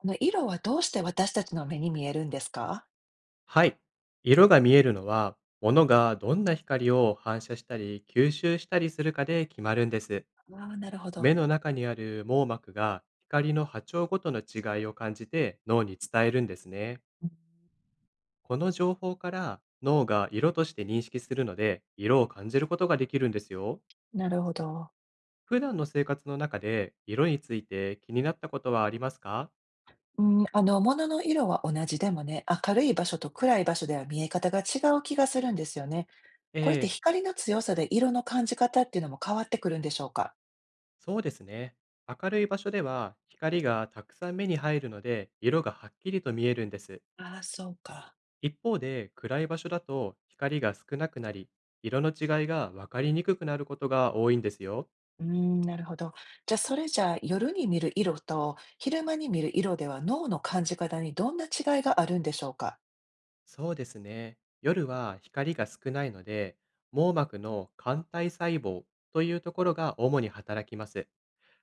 この色はどうして私たちの目に見えるんですか？はい。色が見えるのは、物がどんな光を反射したり吸収したりするかで決まるんです。ああ、なるほ目ど。の中にある網膜が光の波長ごとの違いを感じて脳に伝えるんですね。うん、この情報から脳が色として認識するので、色を感じることができるんですよ。なるほど。普段の生活の中で色について気になったことはありますか？うん、物の色は同じでもね、明るい場所と暗い場所では見え方が違う気がするんですよね。えこれってえ。光の強さで色の感じ方っていうのも変わってくるんでしょうか？そうですね。明るい場所では光がたくさん目に入るので色がはっきりと見えるんです。ああ、そうか。一方で暗い場所だと光が少なくなり、色の違いが分かりにくくなることが多いんですよ。うん、なるほど。じゃあ、夜に見る色と昼間に見る色では、脳の感じ方にどんな違いがあるんでしょうか？そうですね。夜は光が少ないので、網膜の肝体細胞というところが主に働きます。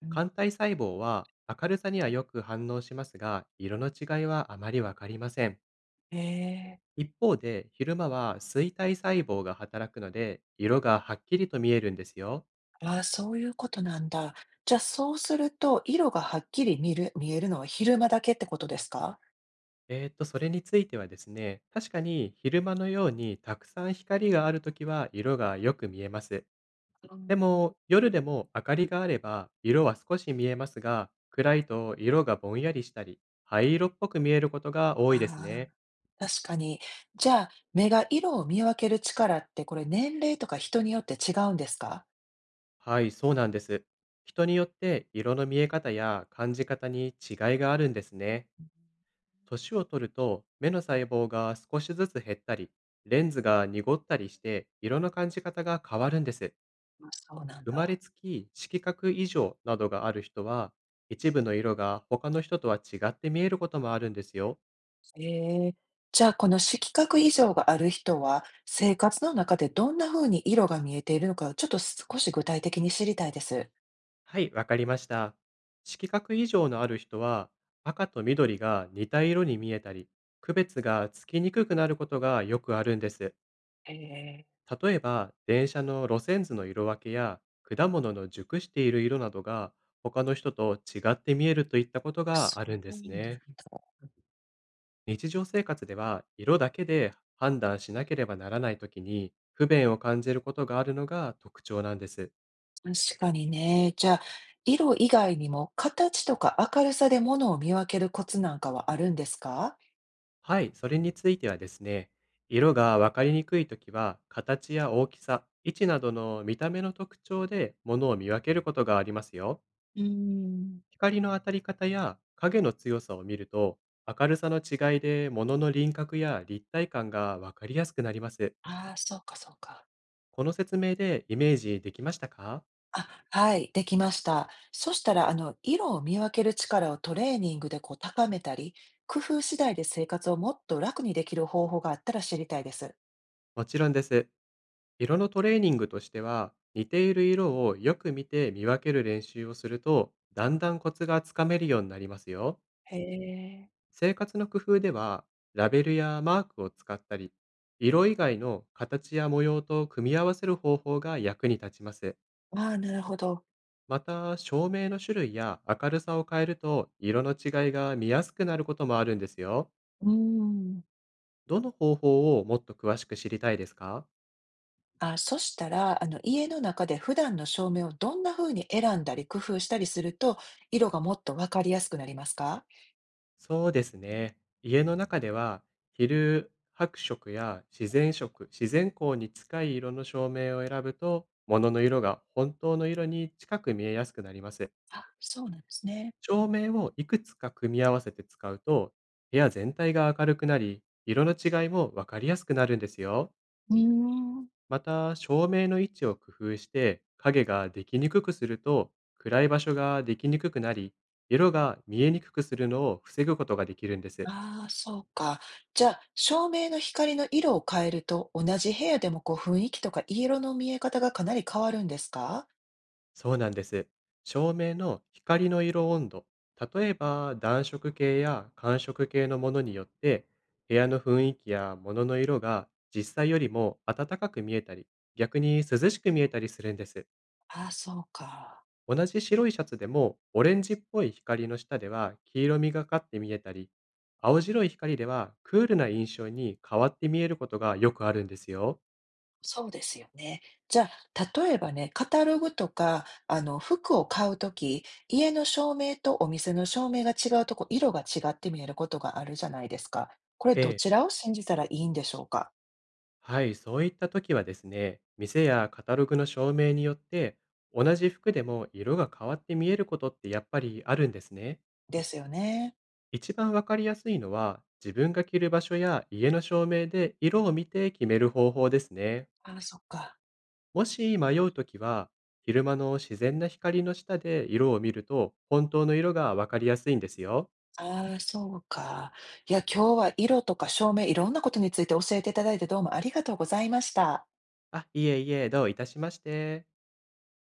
うん、肝体細胞は明るさにはよく反応しますが、色の違いはあまりわかりません。へえ。一方で、昼間は衰体細胞が働くので、色がはっきりと見えるんですよ。ああ、そういうことなんだ。じゃあ、そうすると、色がはっきり見る見えるのは昼間だけってことですか？それについてはですね、確かに昼間のようにたくさん光があるときは色がよく見えます。うでん。も、夜でも明かりがあれば色は少し見えますが、暗いと色がぼんやりしたり、灰色っぽく見えることが多いですあね。あ、確かに。じゃあ、目が色を見分ける力って、これ年齢とか人によって違うんですか？はい、そうなんです。人によって色の見え方や感じ方に違いがあるんですね。年を取ると目の細胞が少しずつ減ったり、レンズが濁ったりして色の感じ方が変わるんです。あ、そうなん生まだ。れつき色覚異常などがある人は、一部の色が他の人とは違って見えることもあるんですよ。ええ。じゃあ、この色覚異常がある人は、生活の中でどんな風に色が見えているのか、ちょっと少し具体的に知りたいです。はい、わかりました。色覚異常のある人は、赤と緑が似た色に見えたり、区別がつきにくくなることがよくあるんです。ええ。例えば、電車の路線図の色分けや、果物の熟している色などが、他の人と違って見えるといったことそがあるんでうすなんだ。ね。日常生活では、色だけで判断しなければならないときに、不便を感じることがあるのが特徴なんです。確かにね。じゃあ、色以外にも形とか明るさで物を見分けるコツなんかはあるんですか。はい、それについてはですね、色が分かりにくいときは、形や大きさ、位置などの見た目の特徴で物を見分けることがありますよ。うーん。光の当たり方や影の強さを見ると、明るさの違いで物の輪郭や立体感がわかりやすくなります。ああ、そうか、そうか。この説明でイメージできましたか？あ、はい、できました。そしたら、色を見分ける力をトレーニングでこう高めたり、工夫次第で生活をもっと楽にできる方法があったら知りたいです。もちろんです。色のトレーニングとしては、似ている色をよく見て見分ける練習をすると、だんだんコツがつかめるようになりますよ。へえ。生活の工夫では、ラベルやマークを使ったり、色以外の形や模様と組み合わせる方法が役に立ちます。ああ、なるほど。また、照明の種類や明るさを変えると、色の違いが見やすくなることもあるんですよ。うーん。どの方法をもっと詳しく知りたいですか？あ、そしたら、家の中で普段の照明をどんな風に選んだり工夫したりすると、色がもっとわかりやすくなりますか？そうですね。家の中では、昼白色や自然色、自然光に近い色の照明を選ぶと、物の色が本当の色に近く見えやすくなります。あ、そうなんですね。照明をいくつか組み合わせて使うと、部屋全体が明るくなり、色の違いもわかりやすくなるんですよ。うーん。また、照明の位置を工夫して影ができにくくすると、暗い場所ができにくくなり、色が見えにくくするのを防ぐことができるんです。ああ、そうか。じゃあ、照明の光の色を変えると、同じ部屋でもこう雰囲気とか色の見え方がかなり変わるんですか？そうなんです。照明の光の色温度、例えば暖色系や寒色系のものによって、部屋の雰囲気や物の色が実際よりも暖かく見えたり、逆に涼しく見えたりするんです。ああ、そうか。同じ白いシャツでも、オレンジっぽい光の下では黄色みがかって見えたり、青白い光ではクールな印象に変わって見えることがよくあるんですよ。そうですよね。じゃあ、例えばね、カタログとか、服を買うとき、家の照明とお店の照明が違うとこ、色が違って見えることがあるじゃないですか。これえどえ。ちらを信じたらいいんでしょうか？はい、そういった時はですね、店やカタログの照明によって、同じ服でも色が変わって見えることってやっぱりあるんですね。ですよね。一番わかりやすいのは、自分が着る場所や家の照明で色を見て決める方法ですね。ああ、そっか。もし迷うときは、昼間の自然な光の下で色を見ると、本当の色がわかりやすいんですよ。ああ、そうか。いや、今日は色とか照明、いろんなことについて教えていただいてどうもありがとうございました。あ、いえいえ、どういたしまして。